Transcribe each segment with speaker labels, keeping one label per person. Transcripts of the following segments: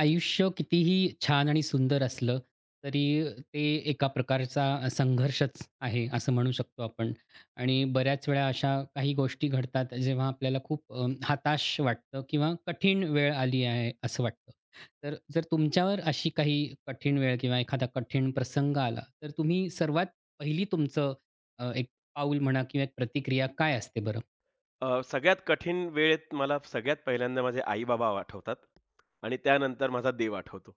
Speaker 1: आयुष्य कितीही छान आणि सुंदर असलं, तरी ते एका प्रकारचा संघर्षच आहे, असं म्हणू शकतो आपण. आणि बऱ्याच वेळा अशा काही गोष्टी घडतात, जेव्हा आपल्याला खूप हताश वाटतं किंवा कठीण वेळ आली आहे, असं वाटतं. तर जर तुमच्यावर अशी काही कठीण वेळ किंवा एखादा कठीण प्रसंग आला, तर तुम्ही सर्वात पहिली तुमचं एक पाऊल म्हणा किंवा एक प्रतिक्रिया काय असते बरं?
Speaker 2: सगळ्यात कठीण वेळेत मला सगळ्यात पहिल्यांदा माझे आई-बाबा आठवतात आणि त्यानंतर माझा देव आठवतो.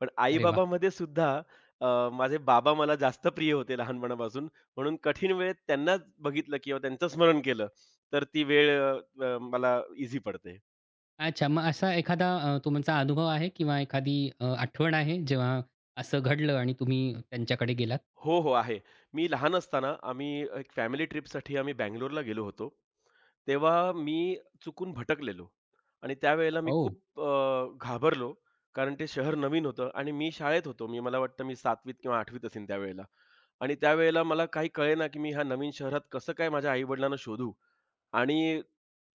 Speaker 2: पण
Speaker 1: अरे
Speaker 2: आई-बाबामध्ये सुद्धा अ, माझे बाबा मला जास्त प्रिय होते लहानपणापासून. म्हणून कठीण वेळेत त्यांनाच बघितलं किंवा त्यांचं स्मरण केलं, तर ती वेळ अ, अ, मला ईझी पडते.
Speaker 1: अच्छा. मग असा एखादा तुमचा अनुभव आहे किंवा एखादी आठवण आहे जेव्हा असं घडलं आणि तुम्ही त्यांच्याकडे गेलात?
Speaker 2: हो, हो, आहे. मी लहान असताना आम्ही एक फॅमिली ट्रिपसाठी आम्ही बंगलोरला गेलो होतो. तेव्हा मी चुकून भटकलेलो आणि त्यावेळेला मी
Speaker 1: हो.
Speaker 2: खूप घाबरलो. कारण ते शहर नवीन होतं आणि मी शाळेत होतो. मला वाटतं मी 7वीत किंवा 8वीत असेन त्यावेळेला आणि त्यावेळेला मला काही कळेना, की मी ह्या नवीन शहरात कसं काय माझ्या आई-वडिलांना शोधू आणि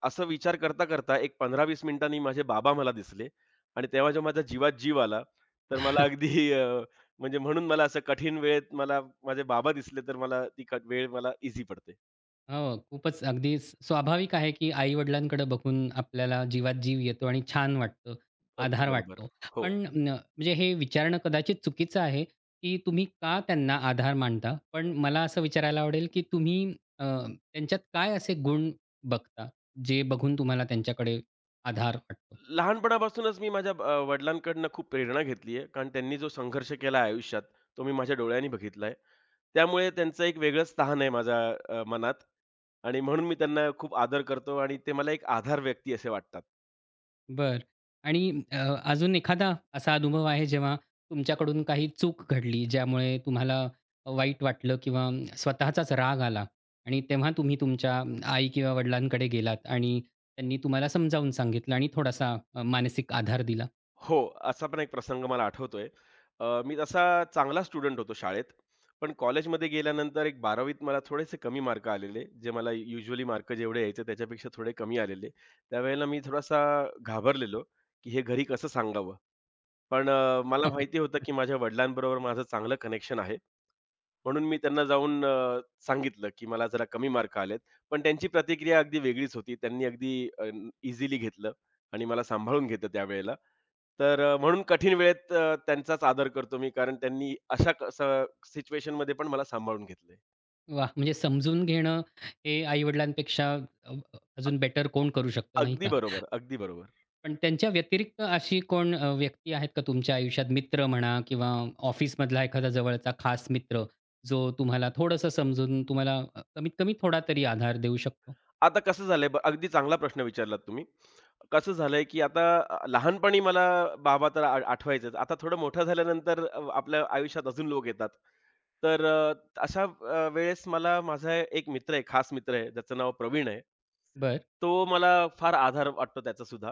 Speaker 2: असा विचार करता-करता एक 15-20 मिनिटांनी माझे बाबा मला दिसले आणि तेव्हा जेव्हा माझ्या जीवात जीव आला, तर मला म्हणजे म्हणून मला असं कठीण वेळेत मला माझे बाबा दिसले, तर मला ती वेळ मला ईझी पडते.
Speaker 1: हो. खूपच अगदी स्वाभाविक आहे, की आई-वडिलांकडे बघून आपल्याला जीवात जीव येतो आणि छान वाटतं,
Speaker 2: अगदी
Speaker 1: आधार
Speaker 2: बरोबर.
Speaker 1: वाटतो.
Speaker 2: हो.
Speaker 1: पण म्हणजे हे विचारणं कदाचित चुकीचं आहे, की तुम्ही का त्यांना आधार मानता? पण मला असं विचारायला आवडेल, की तुम्ही त्यांच्यात काय असे गुण बघता, जे बघून तुम्हाला त्यांच्याकडे आधार वाटतो?
Speaker 2: लहानपणापासूनच मी माझ्या वडिलांकडनं खूप प्रेरणा घेतली आहे. कारण त्यांनी जो संघर्ष केला आहे आयुष्यात, तो मी माझ्या डोळ्यांनी बघितला आहे. त्यामुळे त्यांचं एक वेगळंच स्थान आहे माझ्या मनात आणि म्हणून मी त्यांना खूप आदर करतो आणि ते मला एक आधार व्यक्ती असे वाटतात.
Speaker 1: बरं. आणि अजून एखादा असा अनुभव आहे जेव्हा तुमच्याकडून काही चूक घडली, ज्यामुळे तुम्हाला वाईट वाटलं किंवा स्वतःचाच राग आला आणि तेव्हा तुम्ही तुमच्या आई किंवा वडिलांकडे गेलात आणि त्यांनी तुम्हाला समजावून सांगितलं आणि थोडासा मानसिक आधार दिला.
Speaker 2: हो, असा पण एक प्रसंग मला आठवतोय. मी तसा चांगला स्टुडंट होतो शाळेत. पण कॉलेजमध्ये गेल्यानंतर एक 12वीत मला थोडेसे कमी मार्क आलेले. जे मला युज्युअली मार्क जेवढे यायचे त्याच्यापेक्षा थोडे कमी आलेले. त्यावेळेला मी थोडासा घाबरलेलो, की हे घरी कसं सांगावं? पण मला माहिती होतं, की माझ्या वडिलांबरोबर माझं चांगलं कनेक्शन आहे. म्हणून मी त्यांना जाऊन सांगितलं, की मला जरा कमी मार्क आलेत. पण त्यांची प्रतिक्रिया अगदी वेगळीच होती. त्यांनी अगदी इझिली घेतलं आणि मला सांभाळून घेतलं त्यावेळेला. म्हणून कठीण वेळेत त्यांचाच आदर करतो मी, कारण त्यांनी अशा क स सिच्युएशनमध्ये पण मला सांभाळून घेतलंय.
Speaker 1: वाह! म्हणजे समजून घेणं हे आई-वडिलांपेक्षा अजून बेटर कोण करू शकतं, नाही
Speaker 2: अगदी
Speaker 1: का?
Speaker 2: बरोबर, अगदी बरोबर.
Speaker 1: पण त्यांच्या व्यतिरिक्त अशी कोण व्यक्ती आहेत का तुमच्या आयुष्यात मित्र म्हणा किंवा ऑफिसमधला एखादा जवळचा खास मित्र, जो तुम्हाला थोडंसं समजून तुम्हाला कमीत कमी थोडा तरी आधार देऊ शकतो?
Speaker 2: आता कसं झालंय अगदी चांगला प्रश्न विचारलात तुम्ही. कसं झालंय, की आता लहानपणी मला बाबा तर आठवायचेच. आता थोडं मोठं झाल्यानंतर आपल्या आयुष्यात अजून लोक येतात. तर अ, अशा वेळेस मला माझा एक मित्र आहे, खास मित्र आहे, ज्याचं नाव प्रवीण आहे.
Speaker 1: बरं.
Speaker 2: तो मला फार आधार वाटतो त्याचासुद्धा.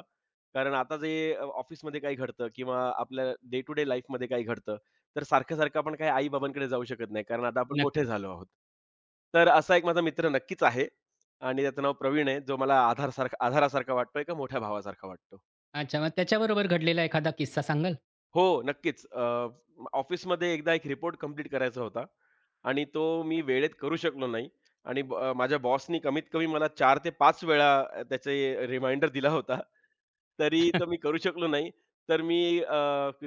Speaker 2: कारण आता जे ऑफिसमध्ये काही घडतं किंवा आपल्या डे टू डे लाईफमध्ये काही घडतं, तर सारखं-सारखं आपण काही आई-बाबांकडे जाऊ शकत नाही, कारण आता आपण मोठे
Speaker 1: नक्कीच.
Speaker 2: झालो आहोत. तर असा एक माझा मित्र नक्कीच आहे आणि त्याचं नाव प्रवीण आहे, जो मला आधारसारखा आधारासारखा वाटतोय, एका मोठ्या भावासारखा वाटतो.
Speaker 1: अच्छा, मग त्याच्याबरोबर घडलेला एखादा किस्सा सांगाल?
Speaker 2: हो, नक्कीच. ऑफिसमध्ये एकदा एक रिपोर्ट कंप्लीट करायचा होता आणि तो मी वेळेत करू शकलो नाही आणि माझ्या बॉसनी कमीत कमी मला 4 ते 5 वेळा त्याचे रिमाइंडर दिला होता. तरी तो मी करू शकलो नाही. तर मी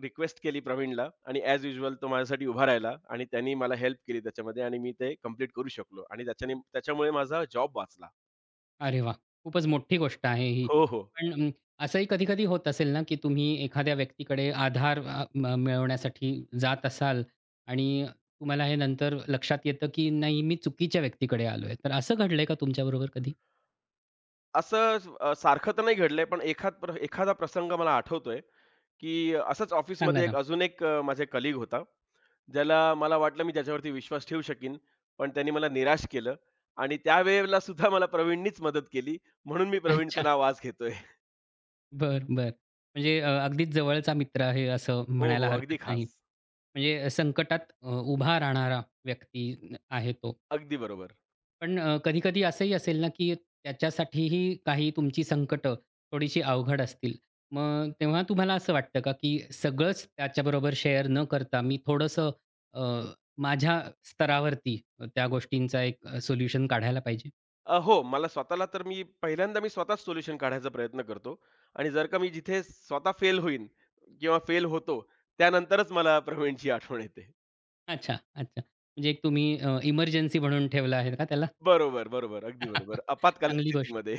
Speaker 2: रिक्वेस्ट केली प्रवीणला आणि ॲज युजुअल तो माझ्यासाठी उभा राहिला आणि त्यांनी मला हेल्प केली त्याच्यामध्ये आणि मी ते कंप्लीट करू शकलो आणि त्याच्याने त्याच्यामुळे माझा जॉब वाचला.
Speaker 1: अरे वाह! खूपच मोठी गोष्ट आहे ही.
Speaker 2: हो, हो.
Speaker 1: पण असंही कधी-कधी होत असेल ना, की तुम्ही एखाद्या व्यक्तीकडे आधार अ, म मिळवण्यासाठी जात असाल आणि तुम्हाला हे नंतर लक्षात येतं, की नाही मी चुकीच्या व्यक्तीकडे आलोय. तर असं घडलंय का तुमच्याबरोबर कधी?
Speaker 2: असं सारखं तर नाही घडलंय, पण एखादा प्रसंग मला आठवतोय. की असंच
Speaker 1: सांगा
Speaker 2: ऑफिसमध्ये
Speaker 1: ना.
Speaker 2: अजून एक माझा कलीग होता. ज्याला मला वाटलं मी त्याच्यावरती विश्वास ठेवू शकीन, पण त्याने मला निराश केलं आणि त्यावेळेला सुद्धा मला प्रवीणनीच मदत केली. म्हणून मी
Speaker 1: अच्छा.
Speaker 2: प्रवीणचं नाव आज घेतोय.
Speaker 1: बर बर म्हणजे अगदीच जवळचा मित्र आहे असं
Speaker 2: हो,
Speaker 1: म्हणायला
Speaker 2: हो.
Speaker 1: हरकत
Speaker 2: अगदी
Speaker 1: नाही.
Speaker 2: खास.
Speaker 1: म्हणजे संकटात उभा राहणारा व्यक्ती आहे तो.
Speaker 2: अगदी बरोबर.
Speaker 1: पण कधी-कधी असंही असेल ना, की त्याच्यासाठीही काही तुमची संकटं थोडीशी अवघड असतील. मग तेव्हा तुम्हाला असं वाटतं का, की सगळंच त्याच्याबरोबर शेअर न करता मी थोडंसं अ, माझ्या स्तरावरती त्या गोष्टींचा एक सोल्युशन काढायला पाहिजे?
Speaker 2: हो, मला स्वतःला तर मी पहिल्यांदा मी स्वतःच सोल्युशन काढायचा प्रयत्न करतो आणि जर का मी जिथे स्वतः फेल होईन किंवा फेल होतो, त्यानंतरच मला प्रवीणची आठवण येते.
Speaker 1: अच्छा, अच्छा. म्हणजे एक तुम्ही इमर्जन्सी म्हणून ठेवलं आहे का त्याला?
Speaker 2: बरोबर, बरोबर. अगदी बरोबर. आपातकालीन
Speaker 1: चांगली गोष्ट.
Speaker 2: स्थितीमध्ये.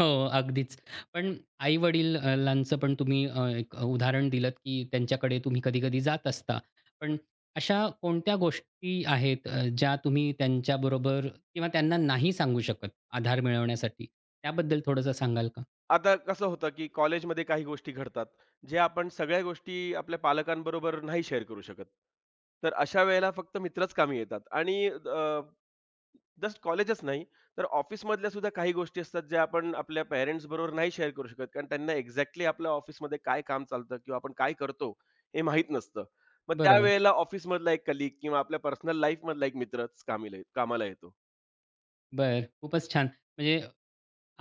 Speaker 1: हो, अगदीच. पण आई-वडिलांचं पण तुम्ही एक उदाहरण दिलंत, की त्यांच्याकडे तुम्ही कधी-कधी जात असता. पण अशा कोणत्या गोष्टी आहेत ज्या तुम्ही त्यांच्याबरोबर किंवा त्यांना नाही सांगू शकत आधार मिळवण्यासाठी? त्याबद्दल थोडंसं सांगाल का?
Speaker 2: आता कसं होतं, की कॉलेजमध्ये काही गोष्टी घडतात, जे आपण सगळ्या गोष्टी आपल्या पालकांबरोबर नाही शेअर करू शकत. तर अशा वेळेला फक्त मित्रच कामी येतात आणि जस्ट कॉलेजच नाही, तर ऑफिसमधल्या सुद्धा काही गोष्टी असतात, ज्या आपण आपल्या पॅरेंट्स बरोबर नाही शेअर करू शकत. कारण त्यांना एक्झॅक्टली आपल्या ऑफिसमध्ये काय काम चालतं किंवा आपण काय करतो हे माहीत नसतं. मग
Speaker 1: बरोबर.
Speaker 2: त्यावेळेला ऑफिसमधला एक कलीग किंवा आपल्या पर्सनल लाईफमधला एक मित्रच कामाला येतो.
Speaker 1: बरं. खूपच छान. म्हणजे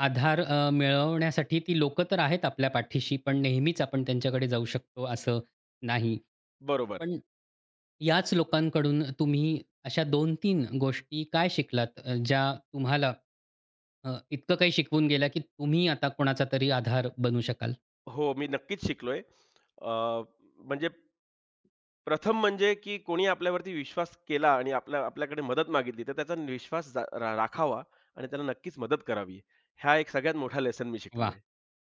Speaker 1: आधार मिळवण्यासाठी ती लोकं तर आहेत आपल्या पाठीशी, पण नेहमीच आपण त्यांच्याकडे जाऊ शकतो असं नाही.
Speaker 2: बरोबर.
Speaker 1: पण याच लोकांकडून तुम्ही अशा 2-3 गोष्टी काय शिकलात ज्या तुम्हाला इतकं काही शिकवून गेल्या, की तुम्ही आता कोणाचा तरी आधार बनू शकाल?
Speaker 2: हो, मी नक्कीच शिकलोय. अ, म्हणजे प्रथम म्हणजे, की कोणी आपल्यावरती विश्वास केला आणि आपल्याकडे मदत मागितली, तर त्याचा विश्वास जा रा राखावा आणि त्याला नक्कीच मदत करावी. हा एक सगळ्यात मोठा लेसन मी
Speaker 1: वाह!
Speaker 2: शिकलोय.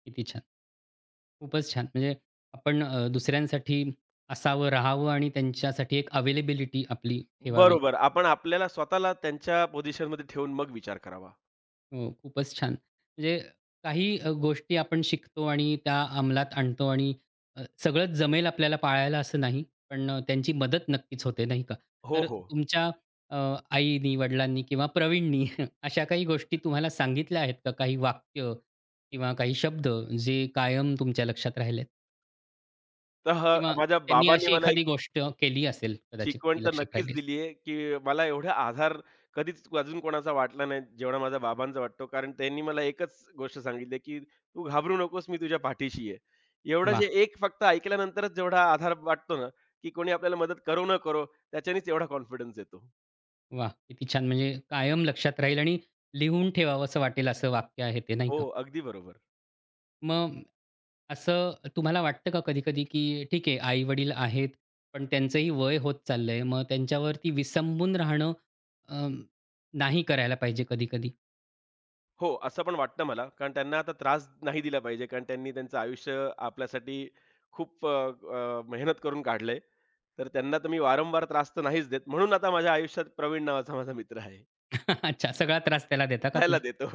Speaker 1: किती छान. खूपच छान. म्हणजे आपण दुसऱ्यांसाठी असावं, राहावं आणि त्यांच्यासाठी एक अवेलेबिलिटी आपली ठेवावी.
Speaker 2: बरोबर. आपण आपल्याला स्वतःला त्यांच्या पोझिशनमध्ये ठेवून मग विचार करावा.
Speaker 1: हो, खूपच छान. म्हणजे काही गोष्टी आपण शिकतो आणि त्या अंमलात आणतो आणि सगळंच जमेल आपल्याला पाळायला असं नाही. पण त्यांची मदत नक्कीच होते, नाही का?
Speaker 2: हो,
Speaker 1: तर
Speaker 2: हो.
Speaker 1: तुमच्या अ, आईनी, वडिलांनी किंवा प्रवीणनी अशा काही गोष्टी तुम्हाला सांगितल्या आहेत का? काही वाक्य किंवा काही शब्द जे कायम तुमच्या लक्षात राहिलेत?
Speaker 2: तर
Speaker 1: किंवा
Speaker 2: माझ्या
Speaker 1: त्यांनी
Speaker 2: बाबांनी
Speaker 1: अशी
Speaker 2: मला
Speaker 1: एखादी गोष्ट केली असेल कदाचित
Speaker 2: शिकवण
Speaker 1: ती
Speaker 2: तर
Speaker 1: लक्षात
Speaker 2: नक्कीच
Speaker 1: राहिली असेल.
Speaker 2: दिली आहे, की मला एवढा आधार कधीच अजून कोणाचा वाटला नाही, जेवढा माझ्या बाबांचा वाटतो. कारण त्यांनी मला एकच गोष्ट सांगितली, की "तू घाबरू नकोस, मी तुझ्या पाठीशी आहे." एवढं
Speaker 1: वाह!
Speaker 2: जे एक फक्त ऐकल्यानंतरच जेवढा आधार वाटतो ना, की कोणी आपल्याला मदत करो न करो, त्याच्यानेच एवढा कॉन्फिडन्स येतो.
Speaker 1: वाह! किती छान. म्हणजे कायम लक्षात राहील आणि लिहून ठेवावसं वाटेल असं वाक्य आहे ते, नाही
Speaker 2: हो,
Speaker 1: का?
Speaker 2: अगदी बरोबर.
Speaker 1: मग असं तुम्हाला वाटतं का कधी-कधी, की ठीक आहे आई-वडील आहेत, पण त्यांचंही वय होत चाललंय. मग त्यांच्यावरती विसंबून राहणं अ, नाही करायला पाहिजे कधी-कधी?
Speaker 2: हो, असं पण वाटतं मला. कारण त्यांना आता त्रास नाही दिला पाहिजे. कारण त्यांनी त्यांचं आयुष्य आपल्यासाठी खूप अ, अ, मेहनत करून काढलंय. तर त्यांना तर मी वारंवार त्रास तर नाहीच देत. म्हणून आता माझ्या आयुष्यात प्रवीण नावाचा माझा मित्र आहे.
Speaker 1: अच्छा, सगळा त्रास त्याला देता का
Speaker 2: त्याला
Speaker 1: तुम्ही?
Speaker 2: देतो.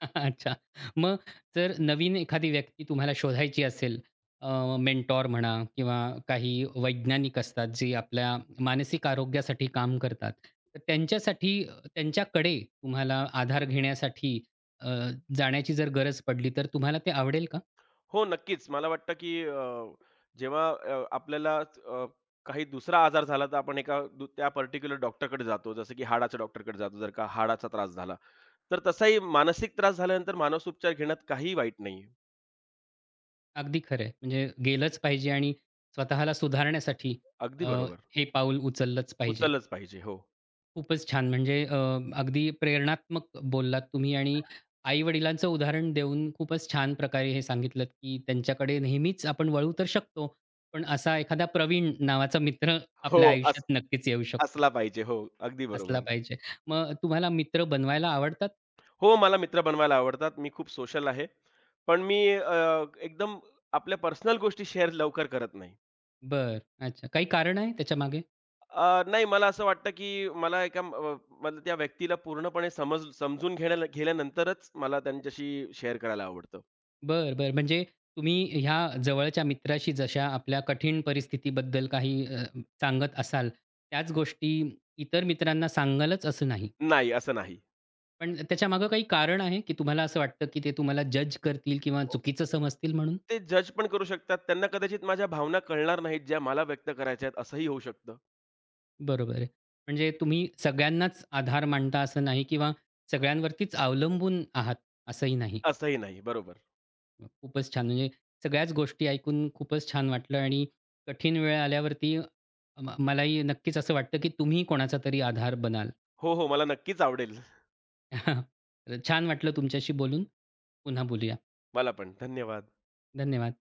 Speaker 1: अच्छा. मग जर नवीन एखादी व्यक्ती तुम्हाला शोधायची असेल, मेंटॉर म्हणा किंवा काही वैज्ञानिक असतात, जे आपल्या मानसिक आरोग्यासाठी काम करतात. तर त्यांच्यासाठी त्यांच्याकडे तुम्हाला आधार
Speaker 2: हं.
Speaker 1: घेण्यासाठी अ, जाण्याची जर गरज पडली, तर तुम्हाला ते आवडेल का?
Speaker 2: हो, नक्कीच. मला वाटतं की जेव्हा आपल्याला काही दुसरा आजार झाला तर आपण एका त्या पर्टिक्युलर डॉक्टरकडे जातो. जसं की हाडाच्या डॉक्टरकडे जातो जर का हाडाचा त्रास झाला. तर तसाही मानसिक त्रास झाल्यानंतर मानसोपचार घेण्यात काहीही वाईट नाहीये.
Speaker 1: अगदी खरं आहे. म्हणजे गेलंच पाहिजे आणि स्वतःला सुधारण्यासाठी
Speaker 2: अगदी
Speaker 1: अ,
Speaker 2: बरोबर.
Speaker 1: हे पाऊल उचललंच पाहिजे.
Speaker 2: उचललंच पाहिजे. हो.
Speaker 1: खूपच छान. म्हणजे अगदी प्रेरणात्मक बोललात तुम्ही आणि आई-वडिलांचं उदाहरण देऊन खूपच छान प्रकारे हे सांगितलत, की त्यांच्याकडे नेहमीच आपण वळू तर शकतो, पण असा एखादा प्रवीण नावाचा मित्र
Speaker 2: हो,
Speaker 1: आपल्या
Speaker 2: अस
Speaker 1: आयुष्यात नक्कीच येऊ शकतो.
Speaker 2: असला पाहिजे. हो, अगदी
Speaker 1: असला
Speaker 2: बरोबर.
Speaker 1: पाहिजे. मग तुम्हाला मित्र बनवायला आवडतात?
Speaker 2: हो, मला मित्र बनवायला आवडतात. मी खूप सोशल आहे. पण मी एकदम आपल्या पर्सनल गोष्टी शेअर लवकर करत नाही.
Speaker 1: बरं. अच्छा. काही कारण आहे त्याच्यामागे?
Speaker 2: नाही मला असं वाटतं, की मला मला त्या व्यक्तीला पूर्णपणे समजून गेल्यानंतरच मला त्यांच्याशी शेअर करायला आवडतं.
Speaker 1: बरं, बरं. म्हणजे तुम्ही ह्या जवळच्या मित्राशी जशा आपल्या कठीण परिस्थितीबद्दल काही सांगत असाल, त्याच गोष्टी इतर मित्रांना सांगालच असं नाही.
Speaker 2: नाही, असं नाही.
Speaker 1: पण त्याच्यामागं काही कारण आहे, की तुम्हाला असं वाटतं, की ते तुम्हाला जज करतील किंवा
Speaker 2: ओ
Speaker 1: चुकीचं समजतील म्हणून?
Speaker 2: ते जज पण करू शकतात. त्यांना कदाचित माझ्या भावना कळणार नाहीत, ज्या मला व्यक्त करायच्या आहेत, असंही होऊ शकतं.
Speaker 1: बरोबर आहे. म्हणजे तुम्ही सगळ्यांनाच आधार मानता असं नाही किंवा सगळ्यांवरतीच अवलंबून आहात असंही नाही.
Speaker 2: असंही नाही. बरोबर.
Speaker 1: खूपच छान. म्हणजे सगळ्याच गोष्टी ऐकून खूपच छान वाटलं आणि कठीण वेळ आल्यावरती मलाही नक्कीच असं वाटतं, की तुम्ही कोणाचा तरी आधार बनाल.
Speaker 2: हो, हो. मला नक्कीच आवडेल.
Speaker 1: तर छान वाटलं तुमच्याशी बोलून. पुन्हा बोलूया.
Speaker 2: मला पण. धन्यवाद.
Speaker 1: धन्यवाद.